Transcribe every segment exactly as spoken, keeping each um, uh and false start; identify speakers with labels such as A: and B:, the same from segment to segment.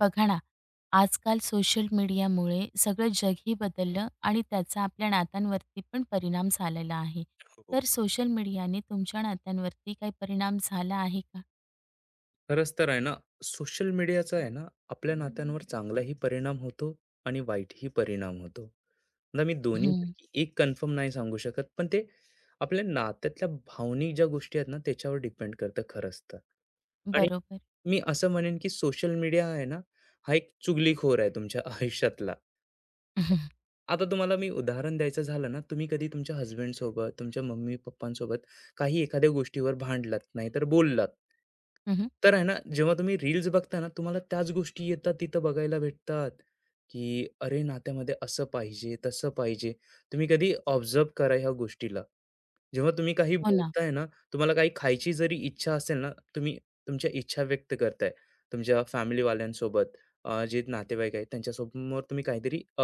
A: बघा ना, आजकाल सोशल मीडियामुळे सगळं जगही बदललं आणि त्याचा आपल्या नात्यांवरती पण परिणाम झालेला आहे.
B: हो.
A: तर सोशल मीडियाने तुमच्या नात्यांवरती काही परिणाम झाला आहे का?
B: खरंच तर आहे ना, सोशल मीडियाचा आहे ना, आपल्या नात्यांवर चांगलाही परिणाम होतो आणि वाईटही परिणाम होतो. आता मी
A: हं,
B: दोन्हीपैकी एक कन्फर्म नाही सांगू शकत, पण ते आपल्या नात्यातल्या भावनिक ज्या गोष्टी आहेत ना, त्याच्यावर डिपेंड करतं खरंच तर. आणि
A: बरोबर.
B: मी असं म्हणेन की सोशल मीडिया आहे ना, हा एक चुगलीखोर आहे तुमच्या आयुष्यातला. आता तुम्हाला मी उदाहरण द्यायचं झालं ना, तुम्ही कधी तुमच्या हसबँडसोबत, तुमच्या मम्मी-पप्पांसोबत काही एखाद्या गोष्टीवर भांडलात, नाहीतर बोललात.
A: हं, हं.
B: तर आहे ना, जेव्हा तुम्ही रील्स बघता ना, तुम्हाला त्याच गोष्टी येतात तिथं बघायला भेटतात, की अरे नात्यामध्ये असं पाहिजे, तसं पाहिजे. तुम्ही कधी ऑब्झर्व्ह करा ह्या गोष्टीला. जेव्हा तुम्ही काही
A: हो ना.
B: बोलताय ना, तुम्हाला काही खायची जरी इच्छा असेल ना, तुम्ही तुमच्या इच्छा व्यक्त करताय तुमच्या फॅमिलीवाल्यांसोबत, अ, जे नातेवाईक आहेत त्यांच्यासमोर तुम्ही काहीतरी अ,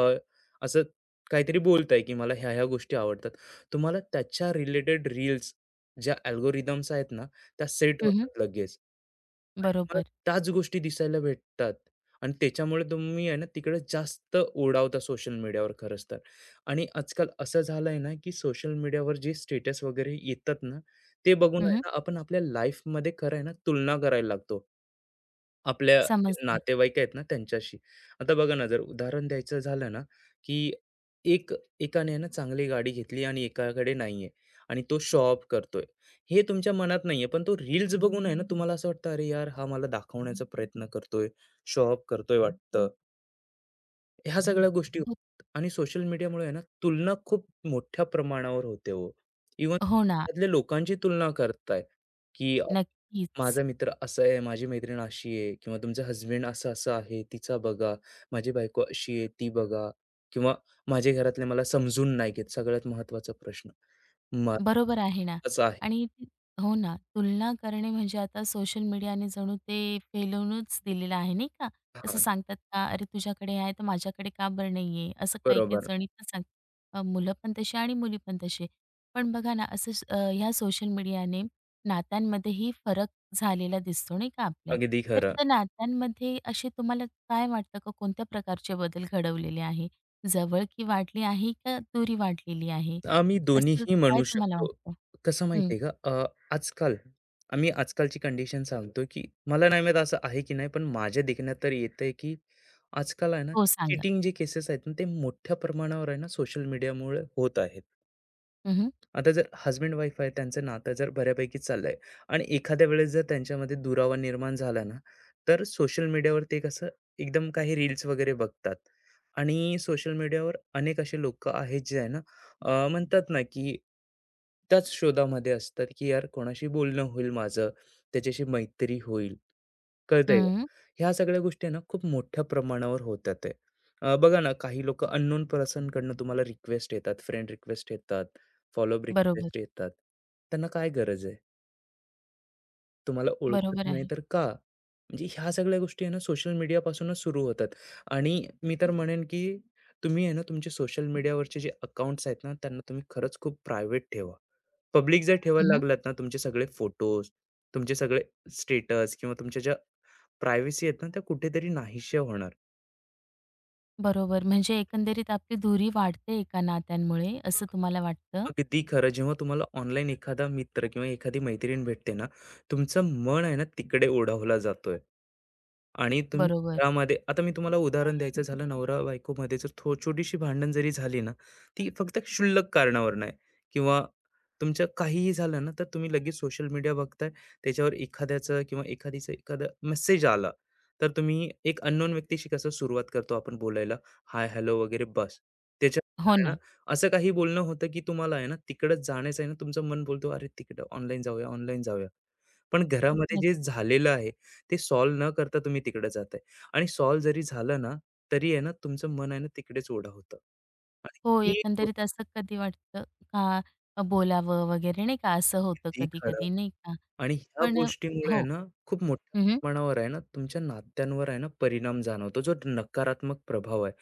B: असं काहीतरी बोलताय की मला ह्या ह्या गोष्टी आवडतात. तुम्हाला त्याच्या रिलेटेड रील्स ज्या अल्गोरिथम्स आहेत ना, त्या सेट
A: हं,
B: होतात लगेच. आणि तुम्हाला
A: बरोबर.
B: त्याच गोष्टी दिसायला भेटतात आणि त्याच्यामुळे तुम्ही आहे ना, तिकडे जास्त ओढावता सोशल मीडियावर खरंच तर. आणि आजकाल असं झालंय ना, की सोशल मीडियावर जे स्टेटस वगैरे येतात ना, ते बघून
A: हं,
B: आहे
A: हं.
B: ना, आपण आपल्या लाईफमध्ये खरं आहे ना, तुलना करायला लागतो. आपल्या जे
A: समजलं.
B: नातेवाईक आहेत ना त्यांच्याशी. आता बघा ना, जर उदाहरण द्यायचं झालं ना, की एक एकाने आहे ना चांगली गाडी घेतली आणि एकाकडे नाहीये आणि तो शो ऑफ करतोय. हे तुमच्या मनात नाहीये, पण तो रील्स बघून आहे ना तुम्हाला असं वाटतं, "अरे यार, हा मला दाखवण्याचा प्रयत्न करतोय, शो ऑफ करतोय वाटतं." ह्या सगळ्या गोष्टी
A: हो.
B: होतात आणि सोशल मीडियामुळे आहे ना तुलना खूप मोठ्या प्रमाणावर होते हो. इव्हन
A: हो ना.
B: त्यातल्या लोकांची तुलना करताय, की अ,
A: नक्कीच.
B: माझा मित्र असा आहे, माझी मैत्रीण अशी आहे किंवा तुमचा हसबँड असं-असं आहे, तिचा बघा. माझी बायको अशी आहे, ती बघा किंवा माझ्या घरातले मला समजून नाही घेत. सगळ्यात महत्त्वाचा प्रश्न. महत्त्वाचा
A: बरोबर आहे ना.
B: आहे.
A: आणि ती हो ना, तुलना करणे म्हणजे आता सोशल मीडियाने जणू ते फेलवूनच दिलेलं आहे, नाही का? असं
B: हां,
A: सांगतात का, "अरे, तुझ्याकडे आहे, तर माझ्याकडे का बरं नाही आहे?" असं काही-काही
B: बरोबर.
A: जणी पण सांग. अ, मुलं पण तशी आणि मुली पण तशी. पण बघा ना, असं स अ, ह्या सोशल मीडियाने नात्यांमध्येही फरक झालेला दिसतो, नाही का आपल्या?
B: अगदी
A: तर
B: खरं.
A: त्या नात्यांमध्ये असे तुम्हाला काय वाटतं, का कोणत्या प्रकारचे बदल घडवलेले आहे? जवळ की वाढली आहे, का दुरी वाढलेली आहे?
B: आम्ही
A: असं
B: दोन्हीही
A: काय
B: म्हणू
A: तुम्हाला
B: शकतो.
A: वाटतं?
B: कसं
A: हं.
B: माहिती आहे का अ, आजकाल आम्ही आजकालची कंडिशन सांगतो, की मला नाही माहीत असं आहे की नाही, पण माझ्या देखण्यात तर येतंय, की आजकाल आहे ना
A: हो, सांगा.
B: चिटिंग जे केसेस आहेत ना, ते मोठ्या प्रमाणावर आहे ना सोशल मीडियामुळे होत आहेत.
A: हं, हं.
B: आता जर हजबंड वाईफ आहे त्यांचं नातं जर बऱ्यापैकी चाललंय आणि एखाद्या वेळेस जर त्यांच्यामध्ये दुरावा निर्माण झाला ना तर सोशल मीडियावर ते कसं एकदम काही रील्स वगैरे बघतात आणि सोशल मीडियावर अनेक असे लोक आहेत जे आहे ना अं, म्हणतात ना की त्याच शोधामध्ये असतात की यार कोणाशी बोलणं होईल माझं त्याच्याशी मैत्री होईल कळतंय का ह्या सगळ्या गोष्टी आहे ना खूप मोठ्या प्रमाणावर होतात आहे. अं, बघा ना काही लोक अननोन पर्सनकडनं तुम्हाला रिक्वेस्ट येतात फ्रेंड रिक्वेस्ट येतात फॉलो अप
A: बरोबर.
B: रिक्वेस्ट येतात. त्यांना काय गरज आहे? तुम्हाला ओळखत
A: बरोबर
B: नाही
A: आहे.
B: तर का? म्हणजे ह्या सगळ्या गोष्टी आहे ना सोशल मीडियापासूनच सुरू होतात आणि मी तर म्हणेन, की तुम्ही आहे ना तुमचे सोशल मीडियावरचे जे अकाउंट्स आहेत ना, त्यांना तुम्ही खरंच खूप प्रायव्हेट ठेवा. पब्लिक जर ठेवायला
A: हं,
B: लागलात ना तुमचे सगळे फोटोज, तुमचे सगळे स्टेटस किंवा तुमच्या ज्या प्रायव्हसी आहेत ना, त्या कुठेतरी नाहीशा होणार.
A: बरोबर. म्हणजे एकंदरीत आपली दुरी वाढते एका नात्यांमुळे, असं तुम्हाला वाटतं?
B: अगदी खरं. जेव्हा तुम्हाला ऑनलाईन एखादा मित्र किंवा एखादी मैत्रीण भेटते ना, तुमचं मन आहे ना तिकडे ओढावला जातोय. आणि तुम्ही
A: बरोबर.
B: घरामध्ये आता मी तुम्हाला उदाहरण द्यायचं झालं नवरा-बायकोमध्ये जर थो छोटीशी भांडण जरी झाली ना, ती फक्त क्षुल्लक कारणावर नाही किंवा तुमचं काहीही झालं ना, तर तुम्ही लगेच सोशल मीडिया बघताय. त्याच्यावर एखाद्याचं किंवा एखादीचा एखादा मेसेज आला, तर तुम्ही एक अननोन व्यक्तीशी कसं सुरुवात करतो आपण बोलायला, हाय, हॅलो वगैरे बस. त्याच्या
A: हो ना.
B: असं काही बोलणं होतं, की तुम्हाला आहे ना, तिकडं जाण्याचं आहे ना, तुमचं मन बोलतो, "अरे, तिकडं ऑनलाईन जाऊया, ऑनलाईन जाऊया." पण घरामध्ये जे
A: नक्क
B: झालेलं आहे, ते सॉल्व्ह न करता तुम्ही तिकडं जाताय आणि सॉल्व्ह जरी झालं ना, तरी आहे ना, तुमचं मन आहे ना, तिकडेच ओढा होतं
A: हो,
B: आणि ही गोष्ट
A: एकंदरीत असं कधी वाटतं का, अ, बोलावं वगैरे, नाही का, असं होतं
B: किती खरं
A: कधी-कधी, नाही का?
B: आणि ह्या
A: पण अ,
B: गोष्टीमुळे आहे
A: हो.
B: ना, खूप मोठ्या
A: हं, हं.
B: प्रमाणावर आहे ना, तुमच्या नात्यांवर आहे ना, परिणाम जाणवतो, जो नकारात्मक प्रभाव आहे.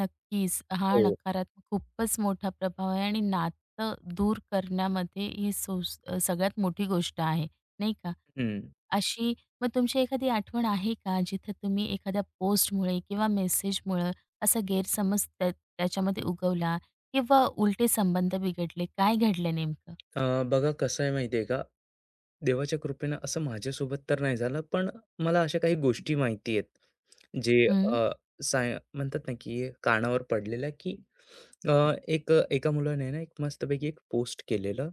A: नक्कीच. हा
B: हो.
A: नकारात्मक खूपच मोठा प्रभाव आहे आणि नातं दूर करण्यामध्ये ही सो सगळ्यात मोठी गोष्ट आहे, नाही का?
B: हं.
A: अशी मग तुमची एखादी आठवण आहे का, जिथे तुम्ही एखाद्या पोस्टमुळे किंवा मेसेजमुळं असा गैरसमज त्या त्याच्यामध्ये उगवला किंवा उलटे संबंध बिघडले? काय घडलं नेमकं?
B: अ, बघा कसं आहे माहिती आहे का, देवाच्या कृपेनं असं माझ्यासोबत तर नाही झालं, पण मला अशा काही गोष्टी माहिती आहेत, जे
A: हं.
B: अ, साय म्हणतात ना, की कानावर पडलेल्या, की अ, एक एका मुलाने ना, एक मस्तपैकी एक पोस्ट केलेलं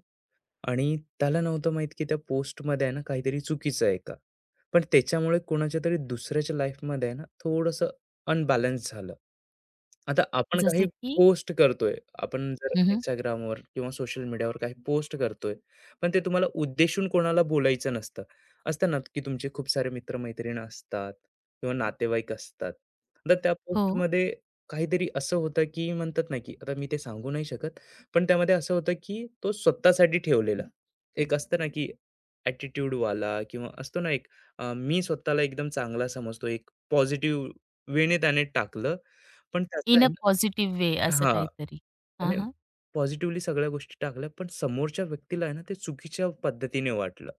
B: आणि त्याला नव्हतं माहीत की त्या पोस्टमध्ये आहे ना काहीतरी चुकीचं आहे का? पण त्याच्यामुळे कोणाच्या तरी दुसऱ्याच्या लाईफमध्ये आहे ना थोडंसं अनबॅलन्स झालं. आता आपण काही
A: जसे की.
B: पोस्ट करतोय. आपण जर
A: हं, हं.
B: Instagramवर किंवा सोशल मीडियावर काही पोस्ट करतोय. पण ते तुम्हाला उद्देशून कोणाला बोलायचं नसतं. असतं ना की तुमचे खूप सारे मित्र असतात किंवा नातेवाईक असतात. तर त्या
A: हो.
B: पोस्टमध्ये काहीतरी असं होतं की म्हणतात ना की आता मी ते सांगू नाही शकत. पण त्यामध्ये असं होतं, की तो स्वतःसाठी ठेवलेला. एक असतं ना, की ॲटिट्यूडवाला किंवा असतो ना एक अ, मी स्वतःला एकदम चांगला समजतो. एक पॉझिटिव्ह वेने त्याने टाकलं. पण त्याचं
A: इन
B: आहे
A: अ
B: ना
A: पॉझिटिव्ह वे असं
B: हां.
A: काहीतरी. हां,
B: त्याने
A: हां.
B: पॉझिटिव्हली सगळ्या गोष्टी टाकल्या. पण समोरच्या व्यक्तीला आहे ना, ते चुकीच्या पद्धतीने वाटलं.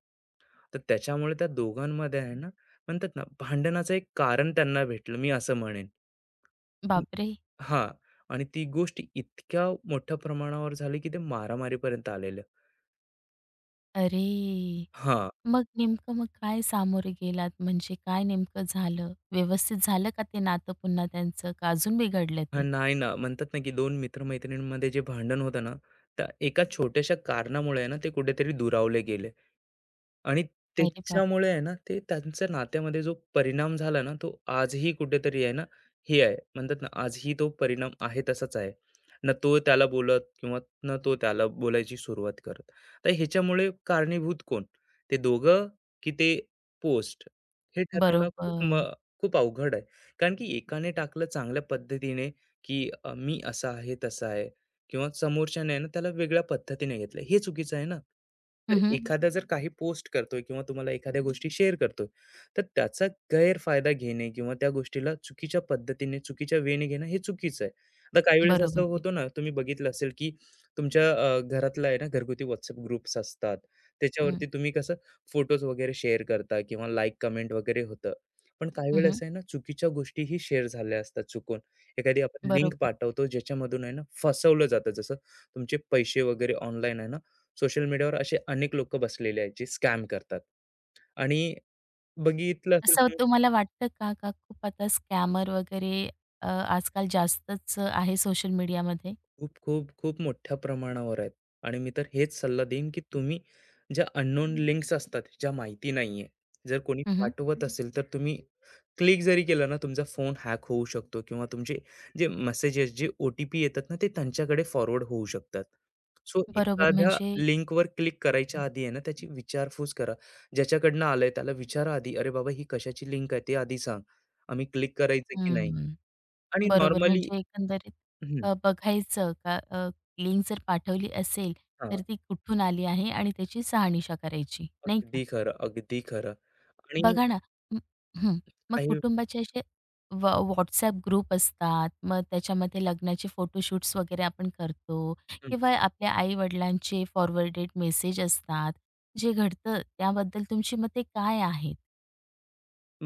B: तर त्याच्यामुळे त्या दोघांमध्ये आहे ना, म्हणतात ना भांडणाचं एक कारण त्यांना भेटलं, मी असं म्हणेन.
A: बापरे!
B: हां. आणि ती गोष्ट इतक्या मोठ्या प्रमाणावर झाली, की ते मारामारीपर्यंत आलेलं.
A: अरे!
B: हां.
A: मग नेमकं मग काय सामोरे गेलात? म्हणजे काय नेमकं झालं? व्यवस्थित झालं का ते नातं पुन्हा त्यांचं? का अजून बिघडलं
B: हां,
A: ते?
B: नाही ना, म्हणतात ना, की दोन मित्र-मैत्रिणींमध्ये जे भांडण होतं ना, त्या एका छोट्याशा कारणामुळे आहे ना, ते कुठेतरी दुरावले गेले. आणि
A: अरे
B: त्याच्यामुळे
A: बापरे!
B: आहे ना, ते त्यांच्या नात्यामध्ये जो परिणाम झाला ना, तो आजही कुठेतरी आहे ना, हे आहे म्हणतात ना, आजही तो परिणाम आहे तसाच आहे. ना तो त्याला बोलत किंवा ना तो त्याला बोलायची सुरुवात करत. तर ह्याच्यामुळे कारणीभूत कोण? ते दोघं की ते पोस्ट? हे ठरवणं खूप म
A: बरोबर.
B: खूप अवघड आहे. कारण की एकाने टाकलं चांगल्या पद्धतीने की अ, मी असा आहे तसा आहे किंवा समोरच्याने आहे ना त्याला वेगळ्या पद्धतीने घेतलं हे चुकीचं आहे ना तर
A: हं,
B: एखादा जर काही पोस्ट करतोय किंवा तुम्हाला एखाद्या गोष्टी शेअर करतोय तर त्याचा गैरफायदा घेणे किंवा त्या गोष्टीला चुकीच्या पद्धतीने चुकीच्या वेने घेणं हे चुकीचं आहे आता काही वेळेस असं
A: बरोबर.
B: होतं ना तुम्ही बघितलं असेल की तुमच्या अ, घरातला आहे ना घरगुती व्हॉट्सअप ग्रुप्स असतात
A: हं.
B: त्याच्यावरती तुम्ही कसं फोटोज वगैरे शेअर करता किंवा लाईक कमेंट वगैरे होतं पण काही
A: हं,
B: वेळेस
A: हं.
B: आहे ना चुकीच्या गोष्टीही शेअर झाल्या असतात चुकून एखादी आपण लिंक
A: बरोबर.
B: पाठवतो ज्याच्यामधून आहे ना फसवलं जातं जसं तुमचे पैसे वगैरे ऑनलाईन आहे ना सोशल मीडियावर असे अनेक लोक बसलेले आहेत जे स्कॅम करतात आणि बघितलं असेल
A: असं तुम्हाला वाटतं का, का, खूप आता स्कॅमर वगैरे अ, आजकाल जास्तच आहे सोशल मीडियामध्ये?
B: खूप, खूप, खूप मोठ्या प्रमाणावर आहेत आणि मी तर हेच सल्ला देईन, की तुम्ही ज्या अननोन लिंक्स असतात, ज्या माहिती नाहीये, जर कोणी
A: हं, हं.
B: पाठवत असेल, तर तुम्ही क्लिक जरी केलं ना, तुमचा फोन हॅक होऊ शकतो किंवा तुमचे जे मेसेजेस, जे ओ-टी-पी येतात ना, ते त्यांच्याकडे फॉरवर्ड होऊ शकतात. सो
A: बरोबर.
B: एखाद्या
A: म्हणजे
B: लिंकवर क्लिक करायच्या आधी आहे ना, त्याची विचारपूस करा. ज्याच्याकडनं आलंय त्याला विचारा आधी, "अरे बाबा, ही कशाची लिंक आहे?" ते आधी सांग. आम्ही क्लिक करायचं की नाही?
A: हं.
B: आणि
A: बरोबर.
B: नॉर्मली
A: म्हणजे एकंदरीत अ, बघायचं का, अ, लिंक जर पाठवली असेल, तर ती कुठून आली आहे आणि त्याची शहानिशा करायची, नाही का?
B: अगदी खरं, अगदी खरं. आणि
A: बघा ना. म हं. मग
B: काही
A: कुटुंबाचे असे व WhatsApp ग्रुप असतात. मग त्याच्यामध्ये लग्नाचे फोटोशूट्स वगैरे आपण करतो
B: हं,
A: किंवा आपल्या आई-वडिलांचे फॉरवर्डेड मेसेज असतात. जे घडतं त्याबद्दल तुमची मते काय आहेत?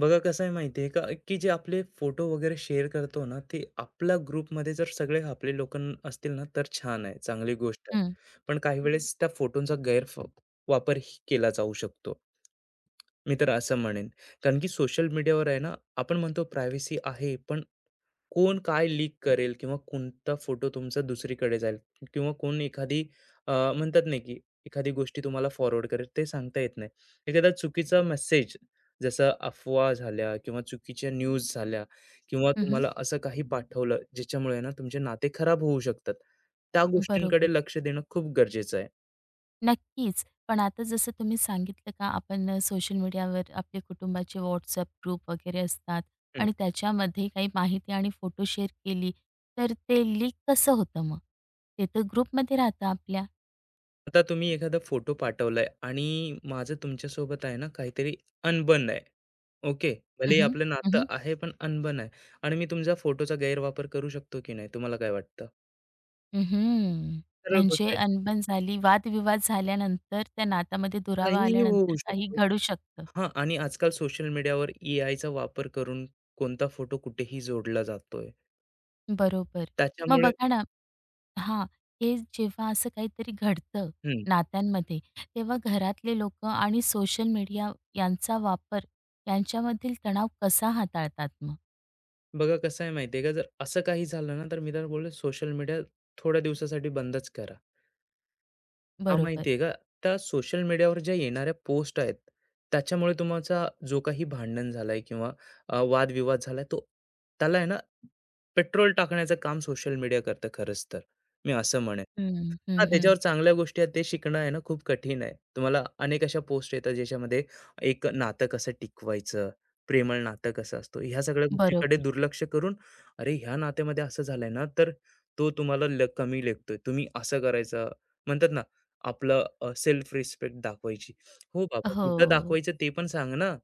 B: बघा कसं आहे माहिती का, की जे आपले फोटो वगैरे शेअर करतो ना, ते आपल्या ग्रुपमध्ये जर सगळे आपले लोक असतील ना, तर छान आहे, चांगली गोष्ट आहे.
A: हं.
B: पण काही हं. वेळेस त्या फोटोंचा गैरफ वापर ही केला जाऊ शकतो. मी तर असं म्हणेन. कारण की सोशल मीडियावर आहे ना, आपण म्हणतो प्रायव्हसी आहे, पण कोण काय लीक करेल किंवा कोणता फोटो तुमचा दुसरीकडे जाईल किंवा कोण एखादी अ, म्हणतात नाही की एखादी गोष्टी तुम्हाला फॉरवर्ड करेल ते सांगता येत नाही एखादा चुकीचा मेसेज जसं अफवा झाल्या किंवा चुकीच्या न्यूज झाल्या किंवा
A: हं, हं.
B: तुम्हाला असं काही पाठवलं ज्याच्यामुळे ना तुमचे नाते खराब होऊ शकतात त्या
A: बरोबर.
B: गोष्टींकडे लक्ष देणं खूप गरजेचं आहे
A: नक्कीच. पण आता जसं तुम्ही सांगितलं का, आपण अ, सोशल मीडियावर आपले कुटुंबाचे WhatsApp ग्रुप वगैरे असतात
B: हम्म,
A: आणि त्याच्यामध्ये काही माहिती आणि फोटो शेअर केली, तर ते लीक कसं होतं मग? ते तर ग्रुपमध्ये राहतं आपल्या.
B: आता तुम्ही एखादा फोटो पाठवलाय आणि माझं तुमच्यासोबत आहे ना काहीतरी अनबन आहे ओके.
A: हं,
B: भलेही
A: हं.
B: आपलं नातं
A: हं,
B: आहे, पण अनबन आहे आणि मी तुमच्या फोटोचा गैरवापर करू शकतो की नाही, तुम्हाला काय वाटतं? सरळ
A: म्हणजे
B: गोष्ट आहे.
A: अनबन झाली, वादविवाद झाल्यानंतर त्या नात्यामध्ये दुरावा
B: काहीही होऊ
A: आल्यानंतर काही
B: शकतो.
A: घडू शकतं.
B: हां आणि आजकाल सोशल मीडियावर एआयचा वापर करून कोणता फोटो कुठेही जोडला जातोय.
A: बरोबर. मग
B: त्याच्यामुळे
A: बघा ना. हां, हे जेव्हा असं काहीतरी घडतं
B: हं.
A: नात्यांमध्ये, तेव्हा घरातले लोकं आणि सोशल मीडिया यांचा वापर, यांच्यामधील तणाव कसा हाताळतात मग?
B: बघा कसं आहे माहिती आहे का, जर असं काही झालं ना, तर मी तर बोललो सोशल मीडिया थोड्या दिवसासाठी बंदच करा. हां,
A: बरोबर.
B: माहिती आहे का? त्या सोशल मीडियावर ज्या येणाऱ्या पोस्ट आहेत, त्याच्यामुळे तुमचा जो काही भांडण झालंय किंवा अ, वादविवाद झालाय, तो त्याला आहे ना, पेट्रोल टाकण्याचं काम सोशल मीडिया करतं खरंच तर, मी असं म्हणेन.
A: हं, हं,
B: हां,
A: हं.
B: त्याच्यावर चांगल्या गोष्टी आहेत ते शिकणं आहे ना खूप कठीण आहे. तुम्हाला अनेक अशा पोस्ट येतात ज्याच्यामध्ये एक नातं कसं टिकवायचं, प्रेमळ नातं कसं असतं, ह्या सगळ्या गोष्टीकडे
A: बरोबर.
B: दुर्लक्ष करून, "अरे, ह्या नात्यामध्ये असं झालंय ना, तर तो तुम्हाला ले कमी लेखतोय, तुम्ही असं करायचं." म्हणतात ना, आपलं सेल्फ रिस्पेक्ट दाखवायची. हो बाबा,
A: हो,
B: कुठं दाखवायचं ते पण सांग ना.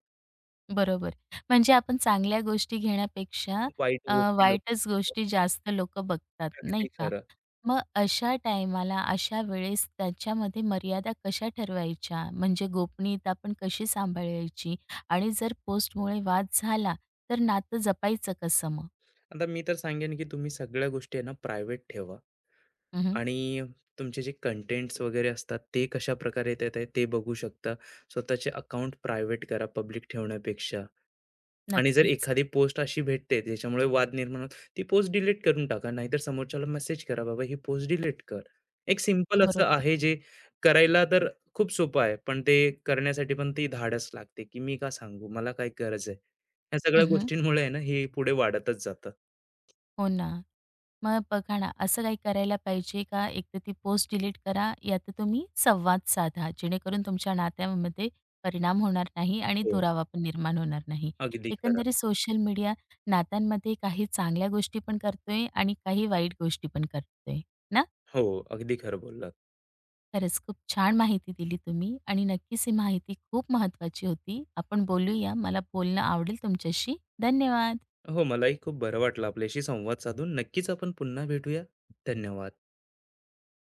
A: बरोबर. म्हणजे आपण चांगल्या गोष्टी घेण्यापेक्षा
B: वाईट
A: अ,
B: गोष्टी लोक
A: वाईटच गोष्टी जास्त लोकं बघतात, नाही
B: अगदी
A: का?
B: खरं.
A: मग अशा टाईमाला, अशा वेळेस त्याच्यामध्ये मर्यादा कशा ठरवायच्या? म्हणजे गोपनीयता पण कशी सांभाळायची? आणि जर पोस्टमुळे वाद झाला, तर नातं जपायचं कसं मग?
B: आता मी तर सांगेन, की तुम्ही सगळ्या गोष्टी आहे ना प्रायव्हेट ठेवा.
A: हं,
B: आणि तुमचे जे कंटेंट्स वगैरे असतात ते कशाप्रकारे येत आहेत ते बघू शकता. स्वतःचे अकाउंट प्रायव्हेट करा पब्लिक ठेवण्यापेक्षा आणि जर
A: नक्कीच.
B: एखादी पोस्ट अशी भेटते ज्याच्यामुळे वाद निर्माण होतो, ती पोस्ट डिलीट करून टाका. नाहीतर समोरच्याला मेसेज करा, "बाबा ही पोस्ट डिलीट कर." एक सिंपल असं
A: बरोबर.
B: आहे जे करायला तर खूप सोपं आहे. पण ते करण्यासाठी पण ती धाडस लागते, की मी का सांगू? मला काय गरज आहे? ह्या सगळ्या
A: हं,
B: गोष्टींमुळे आहे ना, हे पुढे वाढतच जातं.
A: हो ना. मग बघा ना, असं काही करायला पाहिजे का, एकतर ती पोस्ट डिलीट करा, या तर तुम्ही संवाद साधा, जेणेकरून तुमच्या नात्यामध्ये परिणाम होणार नाही आणि
B: हो,
A: दुरावा पण निर्माण होणार नाही.
B: अगदी खरं.
A: एकंदरीत सोशल मीडिया नात्यांमध्ये काही चांगल्या गोष्टी पण करतोय आणि काही वाईट गोष्टी पण करतोय, ना?
B: हो, अगदी खरं बोललात.
A: खरंच खूप छान माहिती दिली तुम्ही आणि नक्कीच ही माहिती खूप महत्त्वाची होती. आपण बोलूया. मला बोलणं आवडेल तुमच्याशी. धन्यवाद.
B: हो मलाही खूप बरं वाटलं आपल्याशी संवाद साधून नक्कीच आपण पुन्हा भेटूया धन्यवाद